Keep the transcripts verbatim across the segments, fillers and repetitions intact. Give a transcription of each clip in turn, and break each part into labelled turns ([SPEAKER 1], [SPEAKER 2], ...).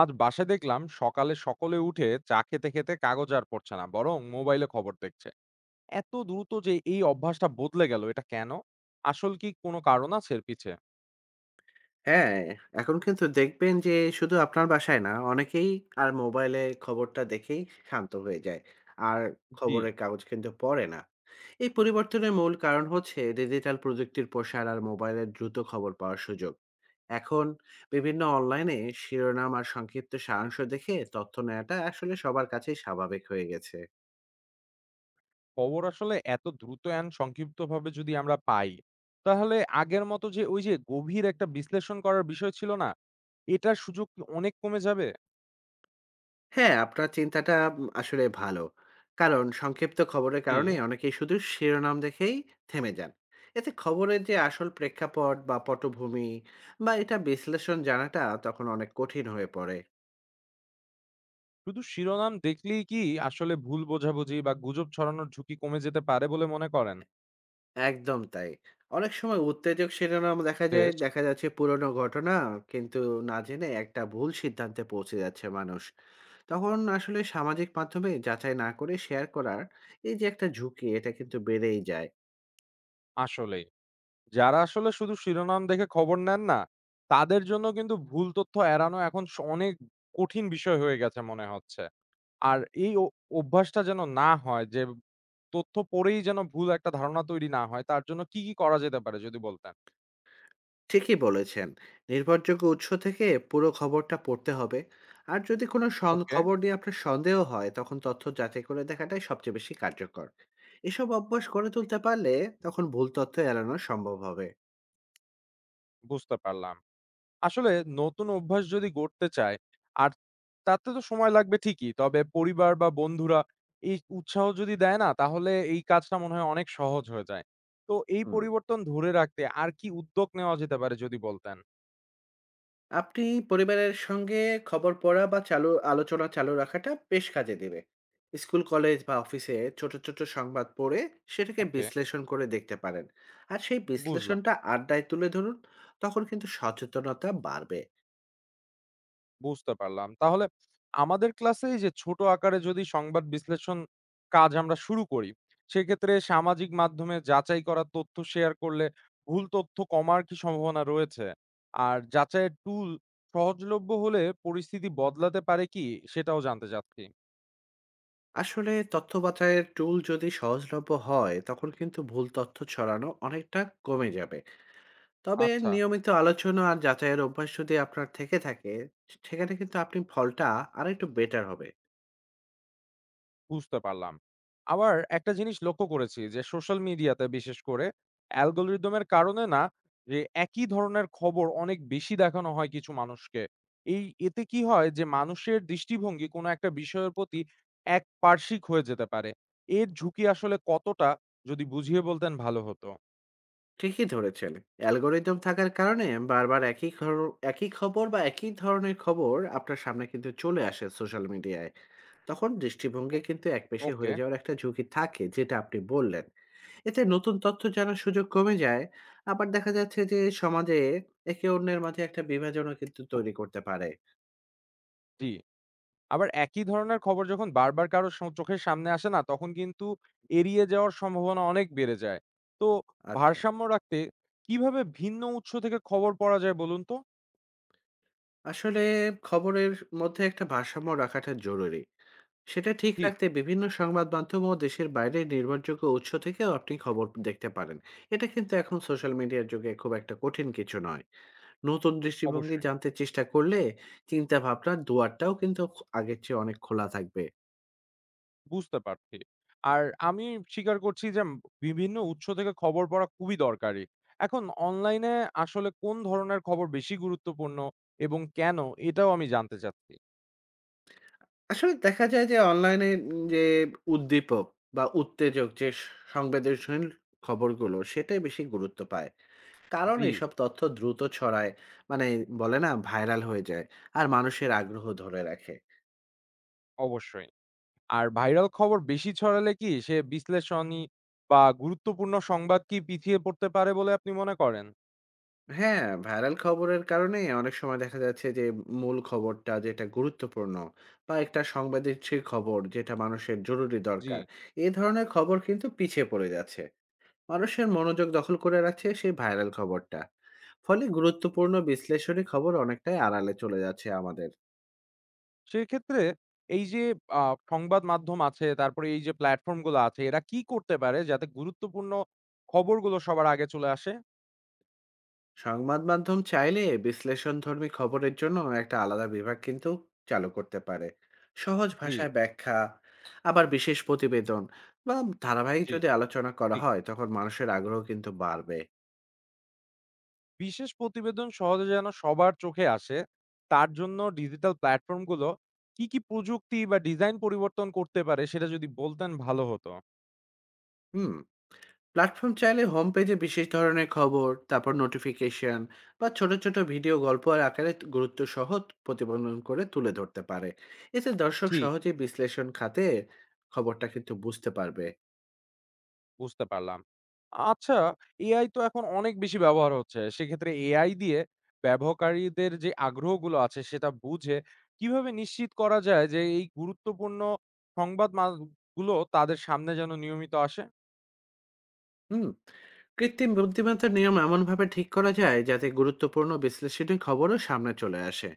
[SPEAKER 1] আজ বাসায় দেখলাম সকালে সকলে উঠে চা খেতে খেতে কাগজ আর পড়ছে না, বরং মোবাইলে খবর দেখছে। এত দ্রুত যে এই অভ্যাসটা বদলে গেল, এটা কেন? আসল কি কোনো কারণ আছে এর পিছে?
[SPEAKER 2] হ্যাঁ, এখন কিন্তু দেখবেন যে শুধু আপনার বাসায় না, অনেকেই আর মোবাইলে খবরটা দেখেই শান্ত হয়ে যায়। আর
[SPEAKER 1] জি।
[SPEAKER 2] খবরের কাগজ কিন্তু পড়ে না। এই পরিবর্তনের মূল কারণ হচ্ছে ডিজিটাল প্রযুক্তির প্রসার আর মোবাইলের দ্রুত খবর পাওয়ার সুযোগ। এখন বিভিন্ন অনলাইনে শিরোনাম আর সংক্ষিপ্ত সারাংশ দেখে তথ্য নেওয়াটা আসলে সবার কাছেই স্বাভাবিক হয়ে গেছে।
[SPEAKER 1] খবর আসলে এত দ্রুত এন্ড সংক্ষিপ্তভাবে যদি আমরা পাই, তাহলে আগের মতো যে ওই যে গভীর একটা বিশ্লেষণ করার বিষয় ছিল, না এটার সুযোগ কি অনেক কমে যাবে?
[SPEAKER 2] হ্যাঁ, আপনার চিন্তাটা উম আসলে ভালো। কারণ সংক্ষিপ্ত খবরের কারণে
[SPEAKER 1] জি।
[SPEAKER 2] অনেকেই শুধু শিরোনাম দেখেই থেমে যান। এতে খবরের যে আসল প্রেক্ষাপট বা পটভূমি বা এটা বিশ্লেষণ জানাটা তখন অনেক কঠিন হয়ে পড়ে।
[SPEAKER 1] শুধু শিরোনাম দেখলেই কি আসলে ভুল বোঝাবুঝি বা গুজব ছড়ানোর ঝুঁকি কমে যেতে পারে বলে মনে করেন?
[SPEAKER 2] একদম তাই। অনেক সময় উত্তেজক শিরোনাম দেখা যায়,
[SPEAKER 1] বেশ।
[SPEAKER 2] দেখা যাচ্ছে পুরনো ঘটনা কিন্তু না জেনে একটা ভুল সিদ্ধান্তে পৌঁছে যাচ্ছে মানুষ। তখন আসলে সামাজিক মাধ্যমে যাচাই না করে শেয়ার করার এই যে একটা ঝুঁকি, এটা কিন্তু বেড়েই যায়।
[SPEAKER 1] আসলে যারা আসলে শুধু শিরোনাম দেখে খবর নেন না, তাদের জন্য কিন্তু ভুল তথ্য এড়ানো এখন স অনেক কঠিন বিষয় হয়ে গেছে মনে হচ্ছে। আর এই অ অভ্যাসটা যেন না হয় যে তথ্য পড়েই যেন ভুল একটা ধারণা তৈরি না হয়, তার জন্য কি, কি করা যেতে পারে যদি বলতেন?
[SPEAKER 2] ঠিকই বলেছেন। নির্ভরযোগ্য উৎস থেকে পুরো খবরটা পড়তে হবে। আর যদি কোনো সন
[SPEAKER 1] ওকে,
[SPEAKER 2] খবর নিয়ে আপনার সন্দেহ হয়, তখন তথ্য যাচাই করে দেখাটাই সবচেয়ে বেশি কার্যকর। এসব অভ্যাস গড়ে তুলতে পারলে তখন ভুল তথ্য এড়ানো সম্ভব হবে।
[SPEAKER 1] বুঝতে পারলাম। আসলে নতুন অভ্যাস যদি গড়তে চায় আর তাতে তো সময় লাগবে ঠিকই। তবে পরিবার বা বন্ধুরা এই উৎসাহ যদি দেয় না, তাহলে এই কাজটা মনে হয় অনেক সহজ হয়ে যায়। তো এই
[SPEAKER 2] হুম।
[SPEAKER 1] পরিবর্তন ধরে রাখতে আর কি উদ্যোগ নেওয়া যেতে পারে যদি বলতেন?
[SPEAKER 2] আপনি পরিবারের সঙ্গে খবর পড়া বা চালু আলোচনা চালু রাখাটা বেশ কাজে দেবে। স্কুল, কলেজ বা অফিসে ছোট, ছোট সংবাদ পড়ে সেটাকে
[SPEAKER 1] ওকে,
[SPEAKER 2] বিশ্লেষণ করে দেখতে পারেন। আর সেই
[SPEAKER 1] বুঝলাম।
[SPEAKER 2] বিশ্লেষণটা আড্ডায় তুলে ধরুন, তখন কিন্তু সচেতনতা বাড়বে।
[SPEAKER 1] বুঝতে পারলাম। তাহলে আমাদের ক্লাসে এই যে ছোট আকারে যদি সংবাদ বিশ্লেষণ কাজ আমরা শুরু করি, সেক্ষেত্রে সামাজিক মাধ্যমে যাচাই করা তথ্য শেয়ার করলে ভুল তথ্য কমার কি সম্ভাবনা রয়েছে? আর যাচাইয়ের টুল সহজলভ্য হলে পরিস্থিতি বদলাতে পারে কি? সেটাও জানতে চাচ্ছি।
[SPEAKER 2] আসলে তথ্য বাছাইয়ের টুল যদি সহজলভ্য হয় তখন কিন্তু ভুল তথ্য ছড়ানো অনেকটা কমে যাবে। তবে
[SPEAKER 1] আচ্ছা।
[SPEAKER 2] নিয়মিত আলোচনা আর যাচাইয়ের অভ্যাস যদি আপনার থেকে থাকে সেখানে কিন্তু আপনি ফলটা আর একটু বেটার হবে।
[SPEAKER 1] বুঝতে পারলাম। আবার একটা জিনিস লক্ষ্য করেছি যে সোশ্যাল মিডিয়াতে বিশেষ করে অ্যালগরিদমের কারণে না, যে একই ধরনের খবর অনেক বেশি দেখানো হয় কিছু মানুষকে। এই এতে কি হয় যে মানুষের দৃষ্টিভঙ্গি কোনো একটা বিষয়ের প্রতি একপার্শ্বিক হয়ে যেতে পারে। এর ঝুঁকি আসলে কতটা যদি বুঝিয়ে বলতেন ভালো হতো।
[SPEAKER 2] ঠিকই ধরেছেন। অ্যালগোরিদম থাকার কারণে বারবার একই খর- একই খবর বা একই ধরনের খবর আপনার সামনে কিন্তু চলে আসে সোশ্যাল মিডিয়ায়। তখন
[SPEAKER 1] ও
[SPEAKER 2] দৃষ্টিভঙ্গি কিন্তু একপেশে
[SPEAKER 1] ওকে,
[SPEAKER 2] হয়ে যাওয়ার একটা ঝুঁকি থাকে যেটা আপনি বললেন। এতে নতুন তথ্য জানার সুযোগ কমে যায়। আবার দেখা যাচ্ছে যে সমাজে একে অন্যের মাঝে একটা বিভাজনও কিন্তু তৈরি করতে পারে।
[SPEAKER 1] জি। আবার একই ধরনের খবর যখন বারবার কারো স চোখের সামনে আসে না, তখন কিন্তু এড়িয়ে যাওয়ার সম্ভাবনা অনেক বেড়ে যায়। তো
[SPEAKER 2] আচ্ছা,
[SPEAKER 1] ভারসাম্য রাখতে কিভাবে ভিন্ন উৎস থেকে খবর পড়া যায় বলুন তো?
[SPEAKER 2] আসলে খবরের মধ্যে একটা ভারসাম্য রাখাটা জরুরি। সেটা ঠিক
[SPEAKER 1] ঠিক,
[SPEAKER 2] রাখতে বিভিন্ন সংবাদ মাধ্যম ও দেশের বাইরে নির্ভরযোগ্য উৎস থেকেও আপনি খবর দেখতে পারেন। এটা কিন্তু এখন সোশ্যাল মিডিয়ার যুগে খুব একটা কঠিন কিছু নয়। নতুন দৃষ্টিভঙ্গি
[SPEAKER 1] অবশ্যই।
[SPEAKER 2] জানতে চেষ্টা করলে চিন্তা ভাবনার দুয়ারটাও কিন্তু আগের চেয়ে অনেক খোলা থাকবে।
[SPEAKER 1] বুঝতে পারছি। আর আমি স্বীকার করছি যে, উম, বিভিন্ন উৎস থেকে খবর পড়া খুবই দরকারি। এখন অনলাইনে আসলে কোন ধরনের খবর বেশি গুরুত্বপূর্ণ এবং কেন? এটাও আমি জানতে চাচ্ছি।
[SPEAKER 2] আসলে দেখা যায় যে অনলাইনে যে উদ্দীপক বা উত্তেজক যে স- সংবেদনশীল খবরগুলো সেটাই বেশি গুরুত্ব পায়, কারণ
[SPEAKER 1] জি,
[SPEAKER 2] এসব তথ্য দ্রুত ছড়ায়, মানে বলে না ভাইরাল হয়ে যায় আর মানুষের আগ্রহ ধরে রাখে।
[SPEAKER 1] অবশ্যই। আর ভাইরাল খবর বেশি ছড়ালে কি সে বিশ্লেষণী বা গুরুত্বপূর্ণ সংবাদ কি পিছিয়ে পড়তে পারে বলে আপনি মনে করেন?
[SPEAKER 2] হ্যাঁ, ভাইরাল খবরের কারণে অনেক সময় দেখা যাচ্ছে যে মূল খবরটা যেটা গুরুত্বপূর্ণ বা একটা সংবেদনশীল খবর যেটা মানুষের জরুরি
[SPEAKER 1] জি।
[SPEAKER 2] দরকার, এই ধরনের খবর কিন্তু পিছিয়ে পড়ে যাচ্ছে। মানুষের মনোযোগ দখল করে রাখছে সেই ভাইরাল খবরটা। ফলে গুরুত্বপূর্ণ বিশ্লেষণী খবর অনেকটাই আড়ালে চলে যাচ্ছে আমাদের।
[SPEAKER 1] সেক্ষেত্রে এই যে আ সংবাদ মাধ্যম আছে, তারপরে এই যে প্ল্যাটফর্ম গুলো আছে, এরা কি করতে পারে যাতে গুরুত্বপূর্ণ খবরগুলো সবার আগে চলে আসে?
[SPEAKER 2] সংবাদ মাধ্যম চাইলে বিশ্লেষণধর্মী খবরের জন্য একটা আলাদা বিভাগ কিন্তু চালু করতে পারে। সহজ
[SPEAKER 1] জি,
[SPEAKER 2] ভাষায় ব্যাখ্যা, আবার বিশেষ প্রতিবেদন বা ধারাবাহিক
[SPEAKER 1] জি,
[SPEAKER 2] যদি আলোচনা করা
[SPEAKER 1] ঠিক।
[SPEAKER 2] হয় তখন মানুষের আগ্রহ কিন্তু বাড়বে।
[SPEAKER 1] বিশেষ প্রতিবেদন সহজে যেন সবার চোখে আসে, তার জন্য ডিজিটাল প্ল্যাটফর্ম গুলো কি, কি প্রযুক্তি বা ডিজাইন পরিবর্তন করতে পারে সেটা যদি বলতেন ভালো হতো।
[SPEAKER 2] হুম, প্ল্যাটফর্ম চাইলে হোম পেজে বিশেষ ধরনের খবর, তারপর নোটিফিকেশন বা ছোট ছোট ভিডিও গল্প আর আকারে গুরুত্ব সহ প্রতিবেদন করে তুলে ধরতে পারে। এতে দর্শক
[SPEAKER 1] ঠিক।
[SPEAKER 2] সহজেই বিশ্লেষণ খাতে খবরটা কিন্তু বুঝতে পারবে।
[SPEAKER 1] বুঝতে পারলাম। আচ্ছা, এআই তো এখন অনেক বেশি ব্যবহার হচ্ছে। সেক্ষেত্রে এআই দিয়ে ব্যবহারকারীদের যে আগ্রহগুলো আছে সেটা বুঝে কিভাবে নিশ্চিত করা যায় যে এই গুরুত্বপূর্ণ সংবাদ মাল গুলো তাদের সামনে যেন নিয়মিত আসে?
[SPEAKER 2] হুম, কৃত্রিম বুদ্ধিমত্তার নিয়ম এমনভাবে ঠিক করা যায় যাতে গুরুত্বপূর্ণ বিশ্লেষণী খবরও সামনে চলে আসে,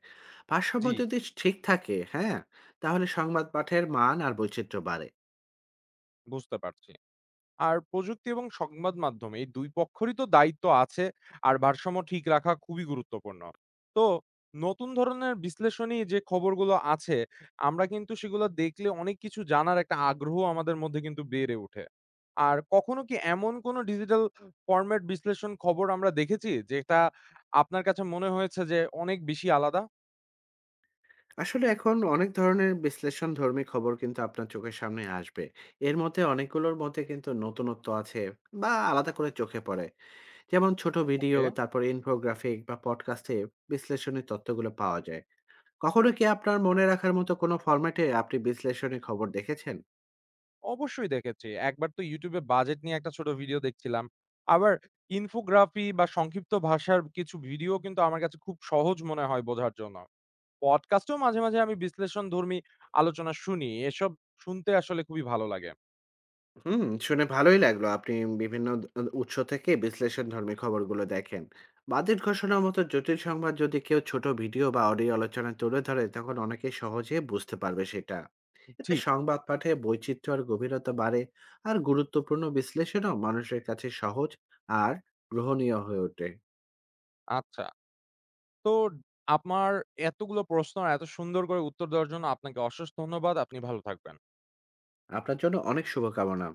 [SPEAKER 2] ভারসাম্য
[SPEAKER 1] জি,
[SPEAKER 2] যদি ঠিক থাকে। হ্যাঁ, তাহলে সংবাদ পাঠের মান আর বৈচিত্র্য বাড়ে।
[SPEAKER 1] বুঝতে পারছি। আর প্রযুক্তি এবং সংবাদ মাধ্যম এই দুই পক্ষেরই তো দায়িত্ব আছে। আর ভারসাম্য ঠিক রাখা খুবই গুরুত্বপূর্ণ। তো নতুন ধরনের বিশ্লেষণী যে খবরগুলো আছে আমরা কিন্তু সেগুলো দেখলে অনেক কিছু জানার একটা আগ্রহ আমাদের মধ্যে কিন্তু বেড়ে ওঠে। আর কখনো কি এমন কোনো ডিজিটাল ফরম্যাট বিশ্লেষণ খবর আমরা দেখেছি যেটা আপনার কাছে মনে হয়েছে যে অনেক বেশি আলাদা?
[SPEAKER 2] আসলে এখন অনেক ধরনের বিশ্লেষণধর্মী খবর কিন্তু আপনার চোখের সামনে আসবে। এর মধ্যে অনেকগুলোর মধ্যে কিন্তু নতুনত্ব আছে বা আলাদা করে চোখে পড়ে। যেমন ছোট ভিডিও,
[SPEAKER 1] ওকে।
[SPEAKER 2] তারপরে ইনফোগ্রাফিক বা পডকাস্টে বিশ্লেষণী তথ্যগুলো পাওয়া যায়। কখনো কি আপনার মনে রাখার মতো কোনো ফরম্যাটে আপনি বিশ্লেষণী খবর দেখেছেন?
[SPEAKER 1] অবশ্যই দেখেছি। একবার তো ইউটিউব এ বাজেট নিয়ে একটা ছোট ভিডিও দেখছিলাম। আবার ইনফোগ্রাফি বা সংক্ষিপ্ত ভাষার কিছু ভিডিও কিন্তু আমার কাছে খুব সহজ মনে হয় বোঝার জন্য। পডকাস্টেও মাঝে, মাঝে আমি বিশ্লেষণধর্মী আলোচনা শুনি। এসব শুনতে আসলে খুবই ভালো লাগে।
[SPEAKER 2] হুম, শুনে ভালোই লাগলো। আপনি বিভিন্ন দ উৎস থেকে বিশ্লেষণধর্মী খবরগুলো দেখেন। বাজেট ঘোষণার মতো জটিল সংবাদ যদি কেউ ছোট ভিডিও বা অডিও আলোচনা তুলে ধরে, তখন অনেকে সহজে বুঝতে পারবে সেটা। এতে
[SPEAKER 1] ঠিক,
[SPEAKER 2] সংবাদ পাঠে বৈচিত্র্য আর গভীরতা বাড়ে, আর গুরুত্বপূর্ণ বিশ্লেষণও মানুষের কাছে সহজ আর গ্রহণীয় হয়ে ওঠে।
[SPEAKER 1] আচ্ছা। তো আমার এতগুলো প্রশ্ন আর এত সুন্দর করে উত্তর দেওয়ার জন্য আপনাকে অশেষ ধন্যবাদ। আপনি ভালো থাকবেন।
[SPEAKER 2] আপনার জন্য অনেক শুভকামনা।